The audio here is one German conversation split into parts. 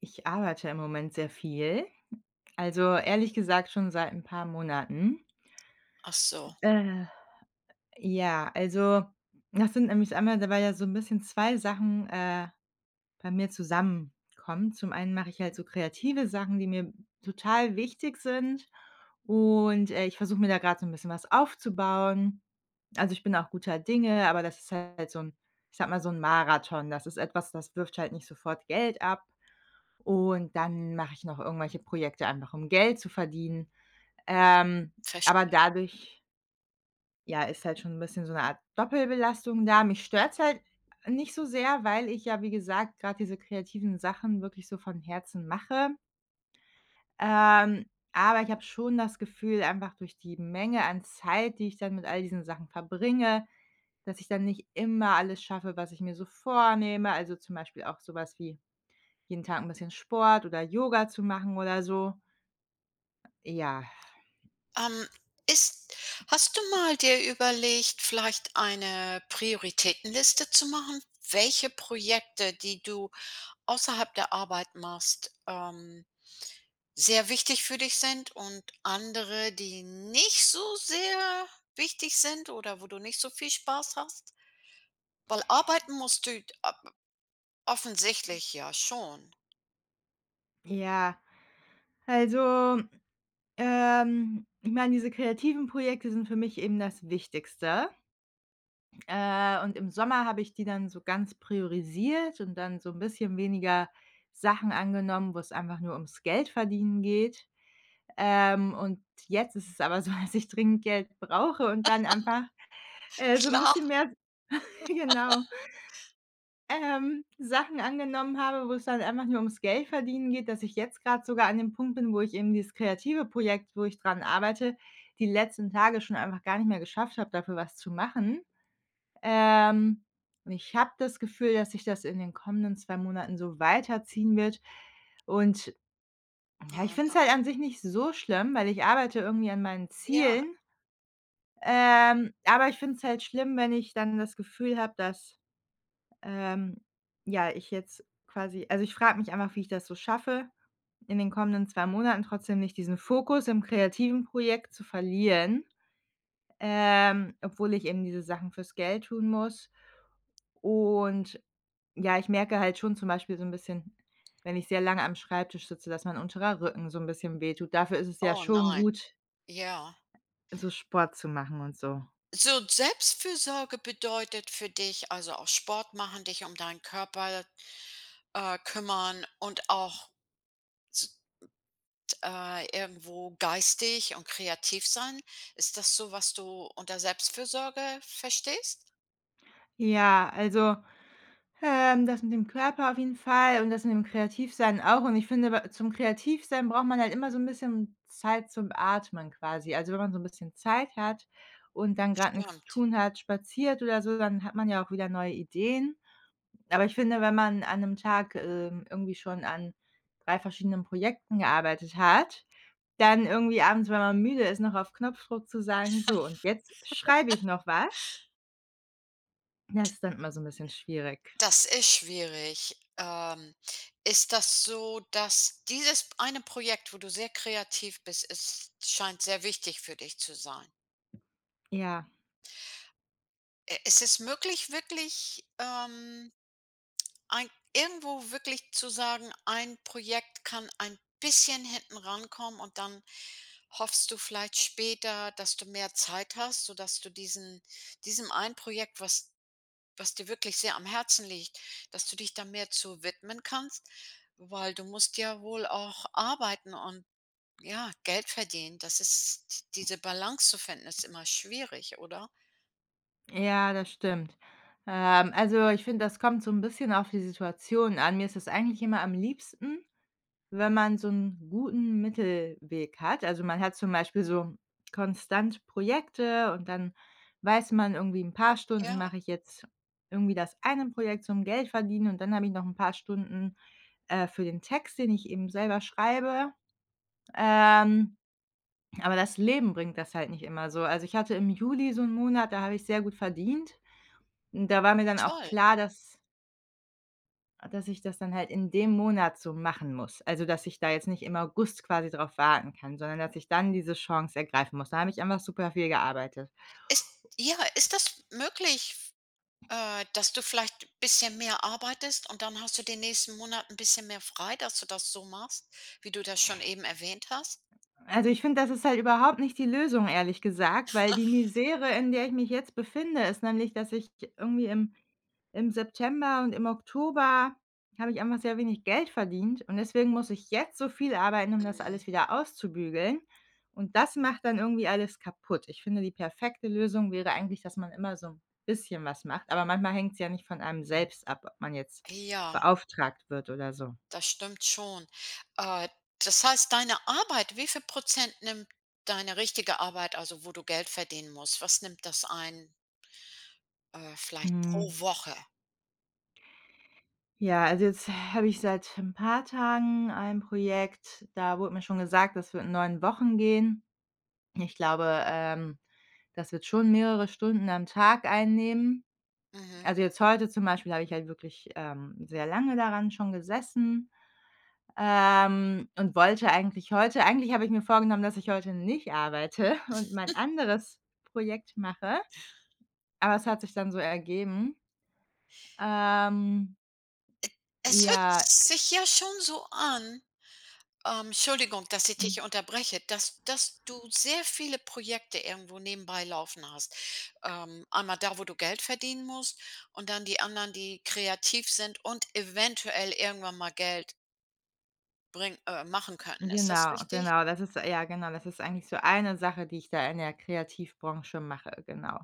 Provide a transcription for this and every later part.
Ich arbeite im Moment sehr viel. Also, ehrlich gesagt schon seit ein paar Monaten. Ach so, Äh, ja, also, das sind nämlich einmal weil ja so ein bisschen 2 Sachen, bei mir zusammenkommen. Zum einen mache ich halt so kreative Sachen, die mir total wichtig sind und, ich versuche mir da gerade so ein bisschen was aufzubauen. Also, ich bin auch guter Dinge, aber das ist halt so ein, ich sag mal, so ein Marathon. Das ist etwas, das wirft halt nicht sofort Geld ab. Und dann mache ich noch irgendwelche Projekte einfach, um Geld zu verdienen. Ähm, aber verstehe. dadurch, ja, ist halt schon 'n bisschen so 'ne Art Doppelbelastung da. Mich stört's halt nicht so sehr, weil ich ja, wie gesagt, grad diese kreativen Sachen wirklich so von Herzen mache. Ähm, aber ich habe schon das Gefühl, einfach durch die Menge an Zeit, die ich dann mit all diesen Sachen verbringe, dass ich dann nicht immer alles schaffe, was ich mir so vornehme. Also, zum Beispiel auch so was wie jeden Tag 'n bisschen Sport oder Yoga zu machen oder so. Ja, Ähm, ist Hast du mal dir überlegt, vielleicht eine Prioritätenliste zu machen, welche Projekte, die du außerhalb der Arbeit machst, sehr wichtig für dich sind und andere, die nicht so sehr wichtig sind oder wo du nicht so viel Spaß hast? Weil arbeiten musst du a offensichtlich ja schon. ja. Also, ich meine, diese kreativen Projekte sind für mich eben das Wichtigste. Und im Sommer habe ich die dann so ganz priorisiert und dann so ein bisschen weniger Sachen angenommen, wo es einfach nur ums Geld verdienen geht. Und jetzt ist es aber so, dass ich dringend Geld brauche und dann einfach, so ein Klar. bisschen mehr genau. Sachen angenommen habe, wo es dann einfach nur ums Geld verdienen geht, dass ich jetzt gerade sogar an dem Punkt bin, wo ich eben dieses kreative Projekt, wo ich dran arbeite, die letzten Tage schon einfach gar nicht mehr geschafft habe, dafür was zu machen. Ähm, und ich habe das Gefühl, dass sich das in den kommenden 2 Monaten so weiterziehen wird. Und ja, ich Ah, finde es na halt an sich nicht so schlimm, weil ich arbeite irgendwie an meinen ja. Zielen. Aber ich finde es halt schlimm, wenn ich dann das Gefühl habe, dass ähm, ja, ich jetzt quasi also, ich frage mich einfach, wie ich das so schaffe, in den kommenden 2 Monaten trotzdem nicht diesen Fokus im kreativen Projekt zu verlieren, obwohl ich eben diese Sachen fürs Geld tun muss. Und ja, ich merke halt schon zum Beispiel so ein bisschen, wenn ich sehr lange am Schreibtisch sitze, dass mein unterer Rücken so ein bisschen wehtut. Dafür ist es ja Oh schon nein. gut, Ja. so Sport zu machen und so. So, Selbstfürsorge bedeutet für dich, also auch Sport machen, dich um deinen Körper, kümmern und auch s irgendwo geistig und kreativ sein. Ist das so, was du unter Selbstfürsorge verstehst? Ja, also das mit dem Körper auf jeden Fall und das mit dem Kreativsein auch. Und ich finde, bei zum Kreativsein braucht man halt immer so ein bisschen Zeit zum Atmen quasi. Also, wenn man so ein bisschen Zeit hat und dann gerade nichts zu Stimmt. tun hat, spaziert oder so, dann hat man ja auch wieder neue Ideen. Aber ich finde, wenn man an einem Tag, irgendwie schon an 3 verschiedenen Projekten gearbeitet hat, dann irgendwie abends, wenn man müde ist, noch auf Knopfdruck zu sagen: „So, und jetzt schreibe ich noch was.“ Das ist dann immer so ein bisschen schwierig. Das ist schwierig. Ist das so, dass dieses eine Projekt, wo du sehr kreativ bist, ist scheint sehr wichtig für dich zu sein. Ja. I Ist es möglich, wirklich, Ein irgendwo wirklich zu sagen, ein Projekt kann ein bisschen hinten rankommen und dann hoffst du vielleicht später, dass du mehr Zeit hast, sodass du diesen diesem ein Projekt, was dir wirklich sehr am Herzen liegt, dass du dich da mehr zu widmen kannst, weil du musst ja wohl auch arbeiten und ja, Geld verdienen. Das ist, diese Balance zu finden, ist immer schwierig, oder? Ja, das stimmt. Also, ich finde, das kommt so ein bisschen auf die Situation an. Mir ist es eigentlich immer am liebsten, wenn man so einen guten Mittelweg hat. Also, man hat zum Beispiel so konstant Projekte und dann weiß man irgendwie, ein paar Stunden Ja, mache ich jetzt irgendwie das eine Projekt zum Geld verdienen und dann habe ich noch ein paar Stunden, für den Text, den ich eben selber schreibe. Ähm, aber das Leben bringt das halt nicht immer so. Also, ich hatte im Juli so einen Monat, da habe ich sehr gut verdient. Und da war mir dann auch toll. klar, dass dass ich das dann halt in dem Monat so machen muss. Also, dass ich da jetzt nicht im August quasi drauf warten kann, sondern dass ich dann diese Chance ergreifen muss. Da habe ich einfach super viel gearbeitet. Ist Ja, ist das möglich? Dass du vielleicht ein bisschen mehr arbeitest und dann hast du den nächsten Monat ein bisschen mehr frei, dass du das so machst, wie du das schon eben erwähnt hast? Also, ich finde, das ist halt überhaupt nicht die Lösung, ehrlich gesagt, weil die Misere, in der ich mich jetzt befinde, ist nämlich, dass ich irgendwie im September und im Oktober habe ich einfach sehr wenig Geld verdient und deswegen muss ich jetzt so viel arbeiten, um das alles Mhm. wieder auszubügeln und das macht dann irgendwie alles kaputt. Ich finde, die perfekte Lösung wäre eigentlich, dass man immer so ein bisschen was macht, aber manchmal hängt es ja nicht von einem selbst ab, ob man jetzt Ja, beauftragt wird oder so. das stimmt schon. Äh, Das heißt, deine Arbeit, wie viel Prozent nimmt deine richtige Arbeit, also wo du Geld verdienen musst, was nimmt das ein, vielleicht pro Mhm. Woche? Ja, also jetzt habe ich seit ein paar Tagen ein Projekt, da wurde mir schon gesagt, das wird in 9 Wochen gehen. Ich glaube, das wird schon mehrere Stunden am Tag einnehmen. Mhm. Also, jetzt heute zum Beispiel habe ich halt wirklich, sehr lange daran schon gesessen, und wollte eigentlich heute eigentlich habe ich mir vorgenommen, dass ich heute nicht arbeite und mein anderes Projekt mache, aber es hat sich dann so ergeben. Ähm, Es hört ja. sich ja schon so an. Entschuldigung, dass ich dich unterbreche, dass du sehr viele Projekte irgendwo nebenbei laufen hast. Einmal da, wo du Geld verdienen musst, und dann die anderen, die kreativ sind und eventuell irgendwann mal Geld bring machen könnten. Ist das Genau, richtig? genau. Das ist ja, genau, das ist eigentlich so eine Sache, die ich da in der Kreativbranche mache, genau.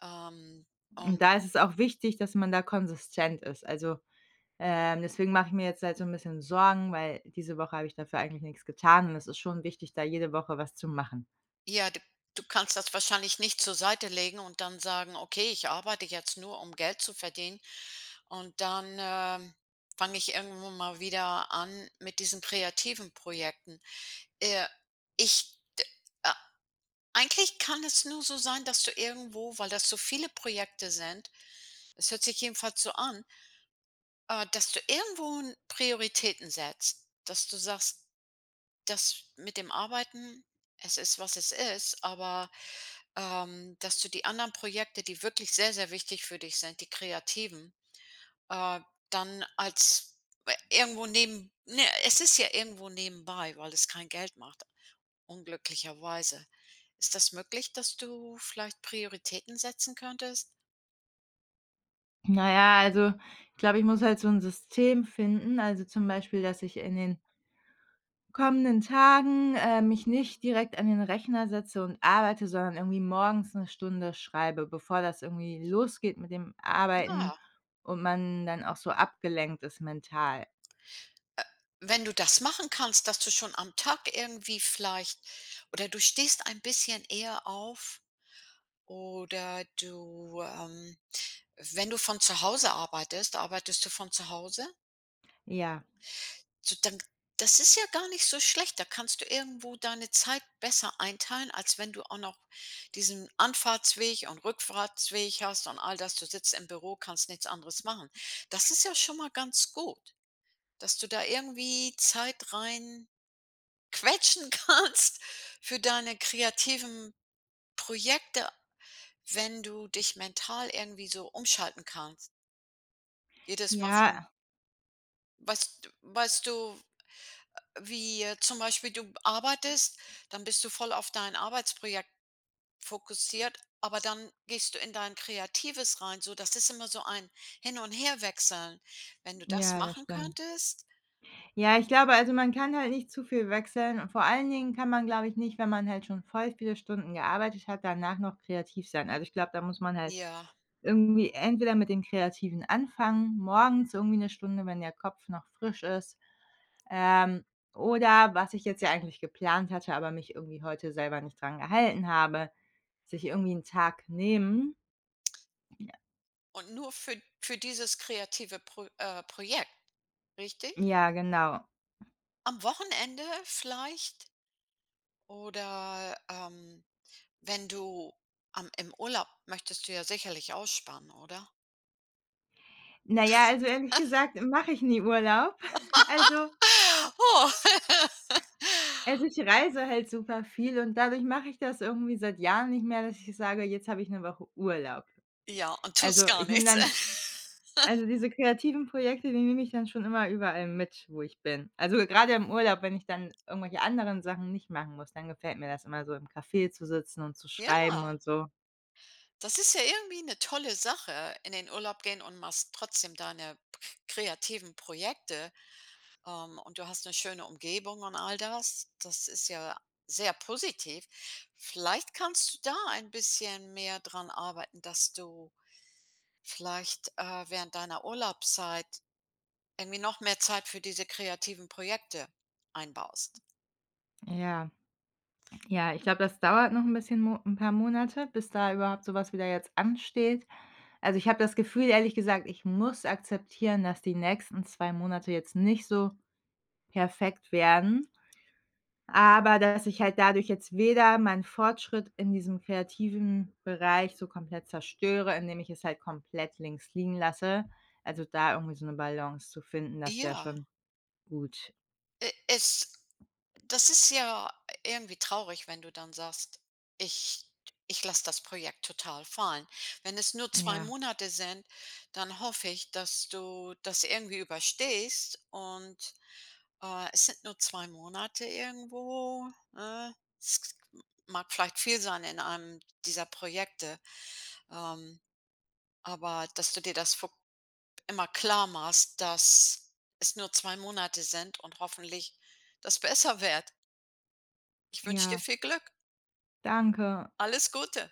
Ähm, Und und da ist es auch wichtig, dass man da konsistent ist. Also, deswegen mache ich mir jetzt halt so ein bisschen Sorgen, weil diese Woche habe ich dafür eigentlich nichts getan und es ist schon wichtig, da jede Woche was zu machen. ja, d du kannst das wahrscheinlich nicht zur Seite legen und dann sagen: „Okay, ich arbeite jetzt nur, um Geld zu verdienen, und dann, fange ich irgendwann mal wieder an mit diesen kreativen Projekten.“ Äh, ich äh, Eigentlich kann es nur so sein, dass du irgendwo, weil das so viele Projekte sind, es hört sich jedenfalls so an, dass du irgendwo 'n Prioritäten setzt, dass du sagst: „Das mit dem Arbeiten, es ist, was es ist“, aber, dass du die anderen Projekte, die wirklich sehr, sehr wichtig für dich sind, die kreativen, äh, dann als irgendwo neben, ne, es ist ja irgendwo nebenbei, weil es kein Geld macht. Unglücklicherweise. Ist das möglich, dass du vielleicht Prioritäten setzen könntest? Naja, also, ich glaube, ich muss halt so ein System finden, also, zum Beispiel, dass ich in den kommenden Tagen, mich nicht direkt an den Rechner setze und arbeite, sondern irgendwie morgens eine Stunde schreibe, bevor das irgendwie losgeht mit dem Arbeiten Ja, und man dann auch so abgelenkt ist mental. wenn du das machen kannst, dass du schon am Tag irgendwie vielleicht, oder du stehst ein bisschen eher auf, oder du, wenn du von zu Hause arbeitest, arbeitest du von zu Hause? Ja, So, dann, das ist ja gar nicht so schlecht. Da kannst du irgendwo deine Zeit besser einteilen, als wenn du auch noch diesen Anfahrtsweg und Rückfahrtsweg hast und all das. Du sitzt im Büro, kannst nichts anderes machen. Das ist ja schon mal ganz gut, dass du da irgendwie Zeit rein quetschen kannst für deine kreativen Projekte, wenn du dich mental irgendwie so umschalten kannst. Jedes Mal vom ja, weißt weißt du Wie zum Beispiel, du arbeitest, dann bist du voll auf dein Arbeitsprojekt fokussiert, aber dann gehst du in dein Kreatives rein. So, das ist immer so ein Hin- und Herwechseln. Wenn du das ja, das machen stimmt. könntest, Ja, ich glaube, also, man kann halt nicht zu viel wechseln und vor allen Dingen kann man, glaube ich, nicht, wenn man halt schon voll viele Stunden gearbeitet hat, danach noch kreativ sein. Also, ich glaube, da muss man halt ja, irgendwie entweder mit dem Kreativen anfangen, morgens irgendwie 'ne Stunde, wenn der Kopf noch frisch ist, ähm, oder was ich jetzt ja eigentlich geplant hatte, aber mich irgendwie heute selber nicht dran gehalten habe, sich irgendwie 'n Tag nehmen. und nur für dieses kreative Projekt, richtig? Ja, genau. Am Wochenende vielleicht, oder wenn du im Urlaub, möchtest du ja sicherlich ausspannen, oder? Na ja, also, ehrlich gesagt mache ich nie Urlaub. Also Oh, also, ich reise halt super viel und dadurch mache ich das irgendwie seit Jahren nicht mehr, dass ich sage: „Jetzt habe ich 'ne Woche Urlaub.“ ja, und tust Also, gar ich nehme nichts. dann also, diese kreativen Projekte, die nehme ich dann schon immer überall mit, wo ich bin. Also, gerade im Urlaub, wenn ich dann irgendwelche anderen Sachen nicht machen muss, dann gefällt mir das immer so, im Café zu sitzen und zu Ja, schreiben und so. das ist ja irgendwie eine tolle Sache, in den Urlaub gehen und machst trotzdem deine k kreativen Projekte, und du hast eine schöne Umgebung und all das. Das ist ja sehr positiv. Vielleicht kannst du da ein bisschen mehr dran arbeiten, dass du vielleicht, während deiner Urlaubszeit irgendwie noch mehr Zeit für diese kreativen Projekte einbaust. Ja, ja, ich glaube, das dauert noch ein bisschen Mo 'n paar Monate, bis da überhaupt so was wieder jetzt ansteht. Also, ich habe das Gefühl, ehrlich gesagt, ich muss akzeptieren, dass die nächsten 2 Monate jetzt nicht so perfekt werden. Aber dass ich halt dadurch jetzt weder meinen Fortschritt in diesem kreativen Bereich so komplett zerstöre, indem ich es halt komplett links liegen lasse. Also, da irgendwie so 'ne Balance zu finden, das wäre Ja, schon gut. e es das ist ja irgendwie traurig, wenn du dann sagst: „Ich ich lasse das Projekt total fallen.“ Wenn es nur 2 Ja, Monate sind, dann hoffe ich, dass du das irgendwie überstehst, und, es sind nur 2 Monate irgendwo, ne? Es mag vielleicht viel sein in einem dieser Projekte, ähm, aber dass du dir das vor immer klar machst, dass es nur 2 Monate sind und hoffentlich das besser wird. Ich wünsche dir ja, viel Glück. danke. Alles Gute.